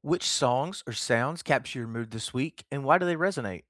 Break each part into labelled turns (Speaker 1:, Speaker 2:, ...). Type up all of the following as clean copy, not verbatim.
Speaker 1: Which songs or sounds capture your mood this week and why do they resonate?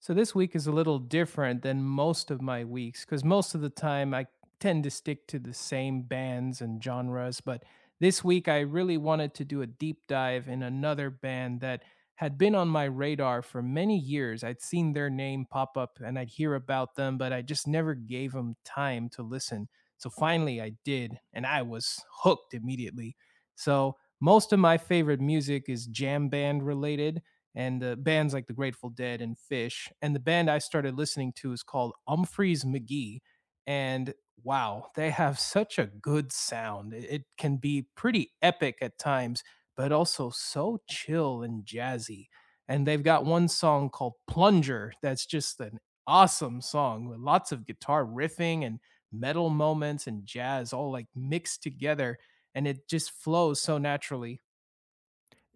Speaker 2: So this week is a little different than most of my weeks because most of the time I tend to stick to the same bands and genres. But this week I really wanted to do a deep dive in another band that had been on my radar for many years. I'd seen their name pop up and I'd hear about them, but I just never gave them time to listen. So finally I did, and I was hooked immediately. So most of my favorite music is jam band related and bands like the Grateful Dead and Fish. And the band I started listening to is called Umphreys McGee. And wow, they have such a good sound. It can be pretty epic at times, but also so chill and jazzy. And they've got one song called Plunger that's just an awesome song with lots of guitar riffing and metal moments and jazz all like mixed together. And it just flows so naturally.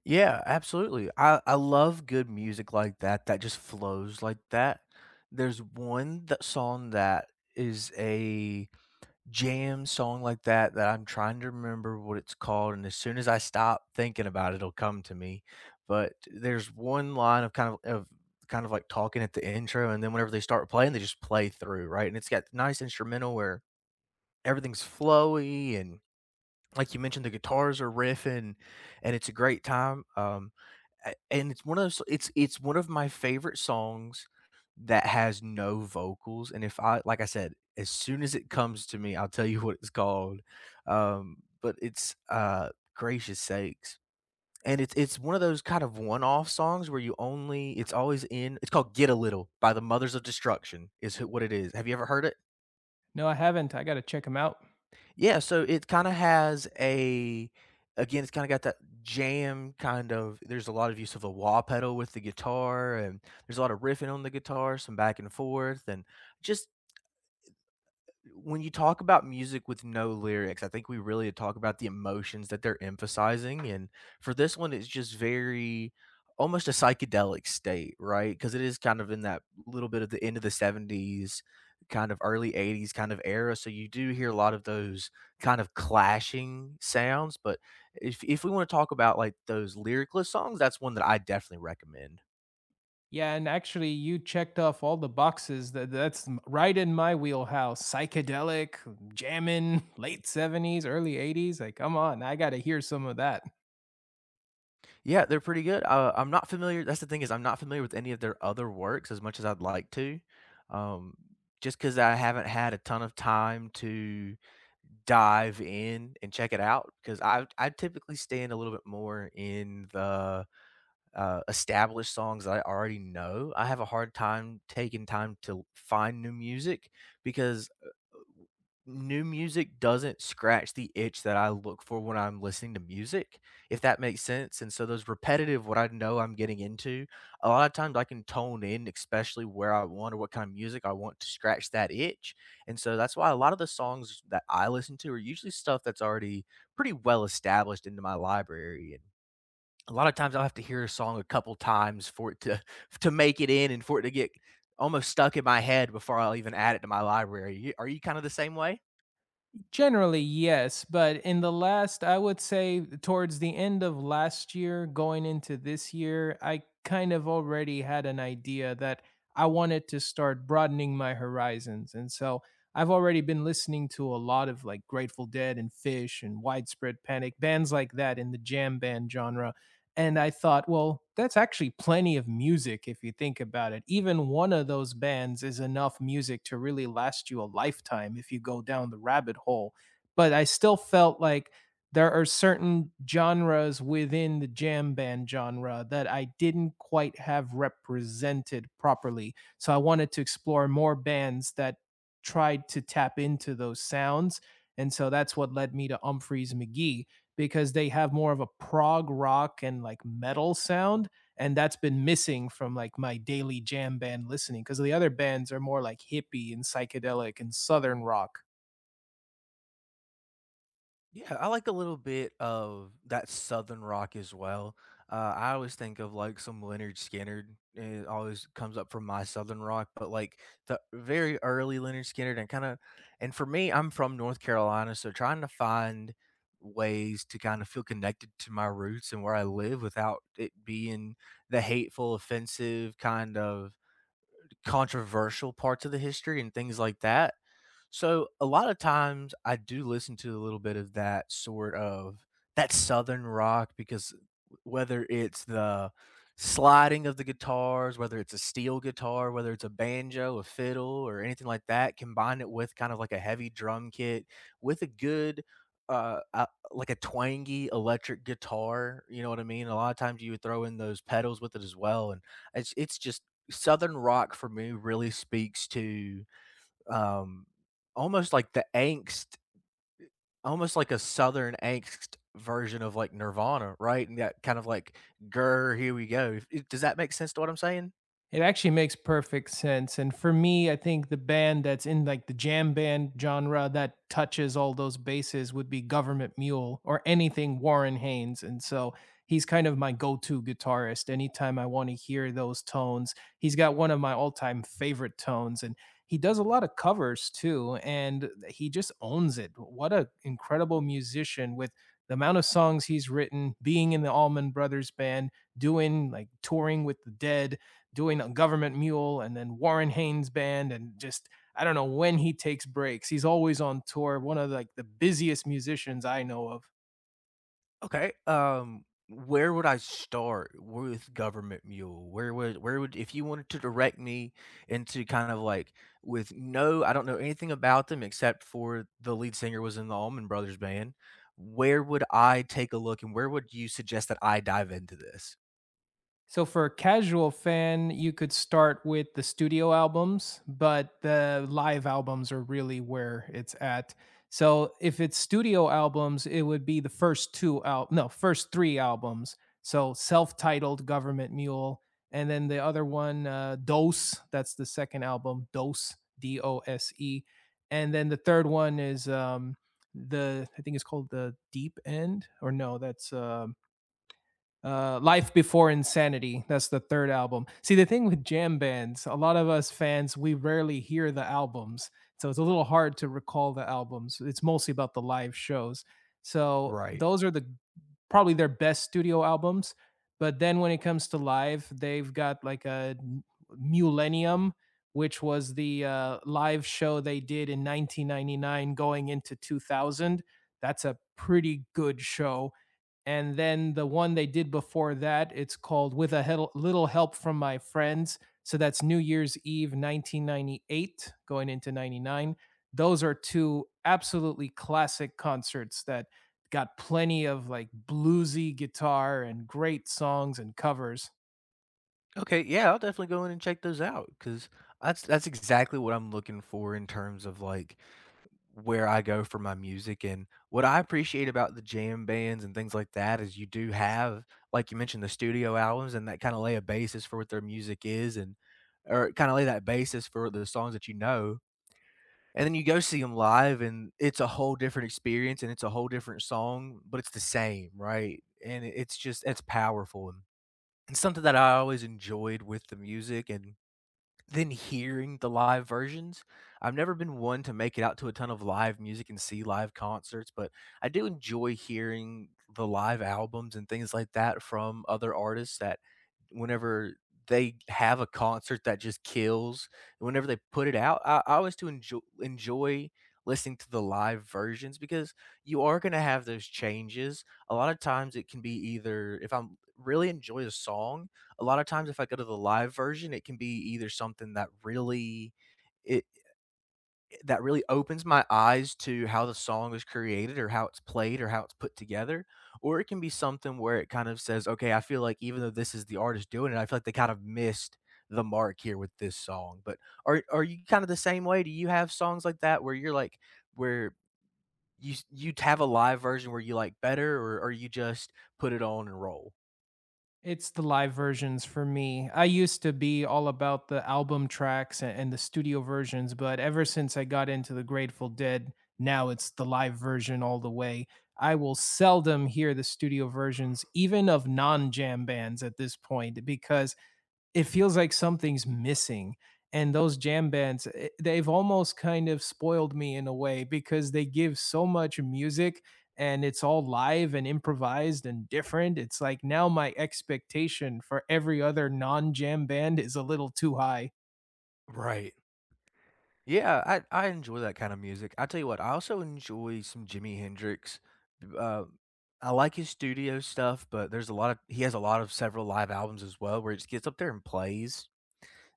Speaker 1: Yeah, absolutely. I love good music like that, that just flows like that. There's one that song that is a jam song like that that I'm trying to remember what it's called. And as soon as I stop thinking about it, it'll come to me. But there's one line of kind of like talking at the intro. And then whenever they start playing, they just play through, right? And it's got nice instrumental where everything's flowy and, like you mentioned, the guitars are riffing, and it's a great time. And it's one of those. It's one of my favorite songs that has no vocals. And if I, like I said, as soon as it comes to me, I'll tell you what it's called. But it's gracious sakes, and it's one of those kind of one-off songs where you only. It's always in. It's called "Get a Little" by the Mothers of Destruction. Is what it is. Have you ever heard it?
Speaker 2: No, I haven't. I got to check them out.
Speaker 1: Yeah, so it kinda has a, again, it's kinda got that jam kind of, there's a lot of use of a wah pedal with the guitar, and there's a lot of riffing on the guitar, some back and forth, and just, when you talk about music with no lyrics, I think we really talk about the emotions that they're emphasizing. And for this one, it's just very almost a psychedelic state, right? Because it is kind of in that little bit of the end of the 70s, kind of early 80s kind of era. So you do hear a lot of those kind of clashing sounds. But if we want to talk about like those lyricless songs, that's one that I definitely recommend.
Speaker 2: Yeah, and actually, you checked off all the boxes. That's right in my wheelhouse. Psychedelic, jamming, late '70s, early '80s. Like, come on, I got to hear some of that.
Speaker 1: Yeah, they're pretty good. I'm not familiar, that's the thing, is I'm not familiar with any of their other works as much as I'd like to, um, just because I haven't had a ton of time to dive in and check it out. Because I typically stand a little bit more in the, established songs that I already know. I have a hard time taking time to find new music because new music doesn't scratch the itch that I look for when I'm listening to music, if that makes sense. And so those repetitive, what I know I'm getting into, a lot of times I can tone in, especially where I want or what kind of music I want to scratch that itch. And so that's why a lot of the songs that I listen to are usually stuff that's already pretty well established into my library, and a lot of times I'll have to hear a song a couple times for it to to make it in and for it to get almost stuck in my head before I'll even add it to my library. Are you kind of the same way?
Speaker 2: Generally, yes, but in the last, I would say towards the end of last year, going into this year, I kind of already had an idea that I wanted to start broadening my horizons. And so I've already been listening to a lot of like Grateful Dead and Fish and Widespread Panic, bands like that in the jam band genre. And I thought, well, that's actually plenty of music if you think about it. Even one of those bands is enough music to really last you a lifetime if you go down the rabbit hole. But I still felt like there are certain genres within the jam band genre that I didn't quite have represented properly. So I wanted to explore more bands that tried to tap into those sounds. And so that's what led me to Humphreys McGee because they have more of a prog rock and like metal sound, and that's been missing from like my daily jam band listening because the other bands are more like hippie and psychedelic and southern rock.
Speaker 1: Yeah, I like a little bit of that southern rock as well. I always think of like some Leonard Skinner. It always comes up from my southern rock, but like the very early Leonard Skinner, and kind of, and for me, I'm from North Carolina, so trying to find ways to kind of feel connected to my roots and where I live without it being the hateful, offensive, kind of controversial parts of the history and things like that. So a lot of times I do listen to a little bit of that sort of that southern rock, because whether it's the sliding of the guitars, whether it's a steel guitar, whether it's a banjo, a fiddle, or anything like that, combine it with kind of like a heavy drum kit with a good uh, uh like a twangy electric guitar, you know what I mean? A lot of times you would throw in those pedals with it as well, and it's just southern rock for me really speaks to um, almost like the angst, almost like a southern angst version of like Nirvana, right? And that kind of like, "Grr, here we go." Does that make sense to what I'm saying?
Speaker 2: It actually makes perfect sense. And for me, I think the band that's in like the jam band genre that touches all those bases would be Government Mule or anything Warren Haynes. And so he's kind of my go to guitarist. Anytime I want to hear those tones, he's got one of my all time favorite tones. And he does a lot of covers too. And he just owns it. What an incredible musician with the amount of songs he's written, being in the Allman Brothers band, doing like touring with the dead, doing a Government Mule and then Warren Haynes band and just I don't know when he takes breaks. He's always on tour, one of the, like the busiest musicians I know of.
Speaker 1: Okay. Where would I start with Government Mule? Where would if you wanted to direct me into kind of like, with, no, I don't know anything about them except for the lead singer was in the Allman Brothers Band. Where would I take a look, and where would you suggest that I dive into this?
Speaker 2: So for a casual fan, you could start with the studio albums, but the live albums are really where it's at. So if it's studio albums, it would be the first two out no, first three albums. So self-titled Government Mule, and then the other one Dose, that's the second album, Dose, D O S E. And then the third one is the I think it's called the Deep End or no, that's Life Before Insanity. That's the third album. See, the thing with jam bands, a lot of us fans, we rarely hear the albums. So it's a little hard to recall the albums. It's mostly about the live shows. So
Speaker 1: Right.
Speaker 2: those are the probably their best studio albums. But then when it comes to live, they've got like a Millennium, which was the live show they did in 1999 going into 2000. That's a pretty good show, and then the one they did before that, it's called Little Help From My Friends, so that's new year's eve 1998 going into 99. Those are two absolutely classic concerts that got plenty of like bluesy guitar and great songs and covers.
Speaker 1: Okay, yeah, I'll definitely go in and check those out because that's exactly what I'm looking for in terms of like where I go for my music, and what I appreciate about the jam bands and things like that is you do have, like you mentioned, the studio albums, and that kinda lay a basis for what their music is and or kinda lay that basis for the songs that you know, and then you go see them live, and it's a whole different experience, and it's a whole different song, but it's the same, right? And it's just it's powerful, and something that I always enjoyed with the music and than hearing the live versions. I've never been one to make it out to a ton of live music and see live concerts, but I do enjoy hearing the live albums and things like that from other artists that whenever they have a concert that just kills, whenever they put it out, I always do enjoy listening to the live versions because you are going to have those changes. A lot of times it can be either if I'm really enjoy a song, a lot of times if I go to the live version, it can be either something that really it that really opens my eyes to how the song is created or how it's played or how it's put together, or it can be something where it kind of says, "Okay, I feel like even though this is the artist doing it, I feel like they kind of missed the mark here with this song." But are you kind of the same way? Do you have songs like that where you're like, where you have a live version where you like better, or are you just put it on and roll?
Speaker 2: It's the live versions for me. I used to be all about the album tracks and the studio versions, but ever since I got into the Grateful Dead, now it's the live version all the way. I will seldom hear the studio versions, even of non jam bands at this point, because it feels like something's missing. And those jam bands, eh, they've almost kind of spoiled me in a way because they give so much music, and it's all live and improvised and different. It's like now my expectation for every other non jam band is a little too high.
Speaker 1: Right. Yeah, I enjoy that kind of music. I tell you what, I also enjoy some Jimi Hendrix. B- Uh, I like his studio stuff, but there's a lot of, he has a lot of several live albums as well where he just gets up there and plays.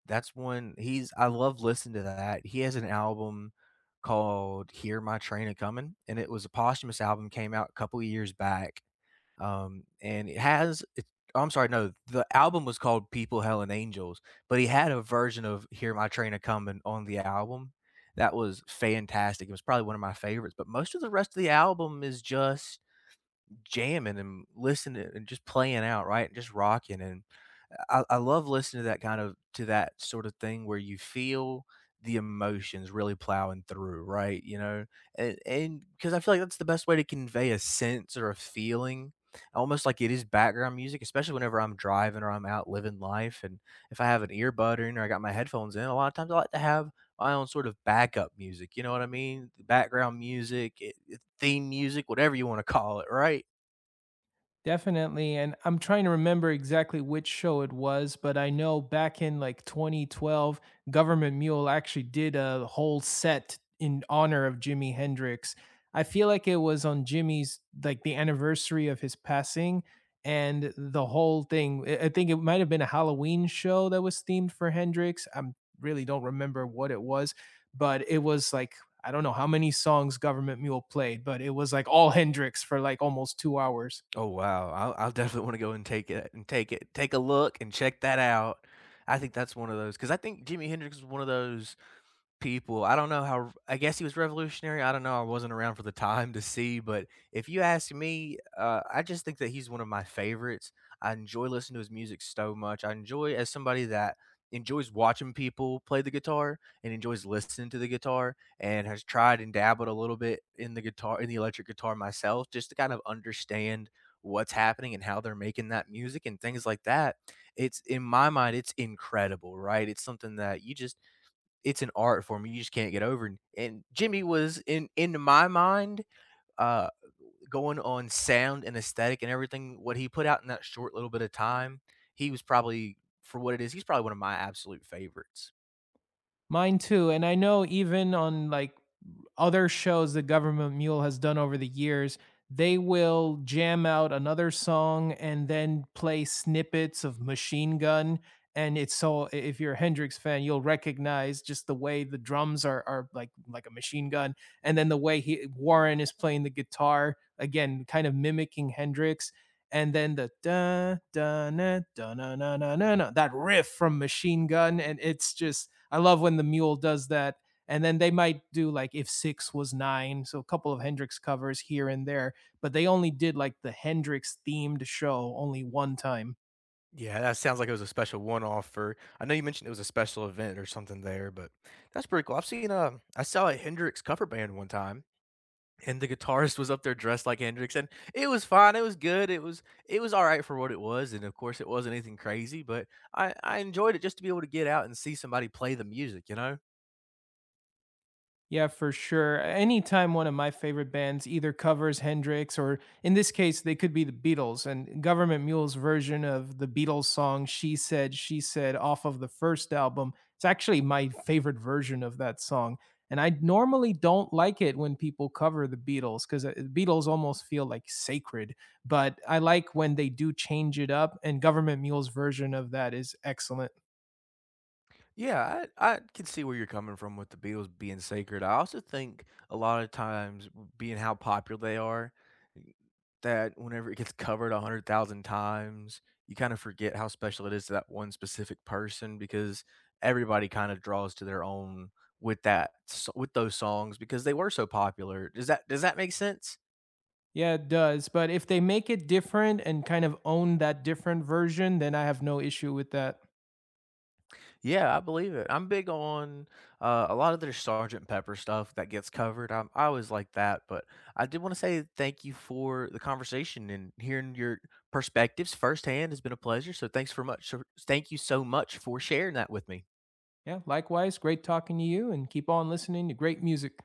Speaker 1: That's one, he's, I love listening to that. He has an album called "Hear My Train a Comin'," and it was a posthumous album, came out a couple of years back, and it has it, oh, I'm sorry, no, the album was called People, Hell, and Angels, but he had a version of Hear My Train a Coming on the album that was fantastic, it was probably one of my favorites, but most of the rest of the album is just jamming and listening and just playing out, right? And just rocking. And I love listening to that kind of, to that sort of thing where you feel the emotions really plowing through, right? You know, and because I feel like that's the best way to convey a sense or a feeling, almost like it is background music, especially whenever I'm driving or I'm out living life. And if I have an earbud in or I got my headphones in, a lot of times I like to have my own sort of backup music. You know what I mean? Background music, theme music, whatever you want to call it, right?
Speaker 2: Definitely, and I'm trying to remember exactly which show it was, but I know back in, like, 2012, Government Mule actually did a whole set in honor of Jimi Hendrix. I feel like it was on Jimmy's like, the anniversary of his passing, and the whole thing I think it might have been a Halloween show that was themed for Hendrix, I really don't remember what it was, but it was, like, I don't know how many songs Government Mule played, but it was, like, all Hendrix for, like, almost 2 hours.
Speaker 1: Oh, wow. I'll definitely wanna go and take it and take a look and check that out. I think that's one of those because I think Jimi Hendrix was one of those people. I don't know how, I guess he was revolutionary. I don't know. I wasn't around for the time to see, but if you ask me, I just think that he's one of my favorites. I enjoy listening to his music so much. I enjoy as somebody that enjoys watching people play the guitar and enjoys listening to the guitar and has tried and dabbled a little bit in the guitar, in the electric guitar myself, just to kind of understand what's happening and how they're making that music and things like that. It's, in my mind, it's incredible, right? It's something that you just, it's an art form you just can't get over. And Jimmy was, in my mind, uh, going on sound and aesthetic and everything. What he put out in that short little bit of time, he was probably, for what it is, he's probably one of my absolute favorites.
Speaker 2: Mine too. And I know even on like other shows the Government Mule has done over the years, they will jam out another song and then play snippets of Machine Gun. And it's so if you're a Hendrix fan, you'll recognize just the way the drums are like a machine gun, and then the way he Warren is playing the guitar again, kind of mimicking Hendrix, and then the da da na da na na na na na that riff from Machine Gun, and it's just I love when the mule does that. And then they might do like if six was nine, so a couple of Hendrix covers here and there, but they only did like the Hendrix themed show only one time.
Speaker 1: Yeah, that sounds like it was a special one-off for. I know you mentioned it was a special event or something there, but that's pretty cool. I've seen. I saw a Hendrix cover band one time. And the guitarist was up there dressed like Hendrix, and it was fine, it was good, it was alright for what it was, and of course, it wasn't anything crazy, but I enjoyed it just to be able to get out and see somebody play the music, you know?
Speaker 2: Yeah, for sure. Anytime one of my favorite bands either covers Hendrix or, in this case, they could be the Beatles, and Government Mule's version of the Beatles song She Said, She Said off of the first album. It's actually my favorite version of that song. And I normally don't like it when people cover the Beatles because the Beatles almost feel like sacred. But I like when they do change it up, and Government Mule's version of that is excellent.
Speaker 1: Yeah, I can see where you're coming from with the Beatles being sacred. I also think a lot of times, being how popular they are, that whenever it gets covered 100,000 times, you kind of forget how special it is to that one specific person because everybody kind of draws to their own with with those songs because they were so popular. Does that make sense?
Speaker 2: Yeah, it does. But if they make it different and kind of own that different version, then I have no issue with that.
Speaker 1: Yeah, I believe it. I'm big on a lot of their Sergeant Pepper stuff that gets covered. I always like that, but I did want to say thank you for the conversation, and hearing your perspectives firsthand has been a pleasure. So thanks for much. So thank you so much for sharing that with me.
Speaker 2: Yeah, likewise, great talking to you and keep on listening to great music.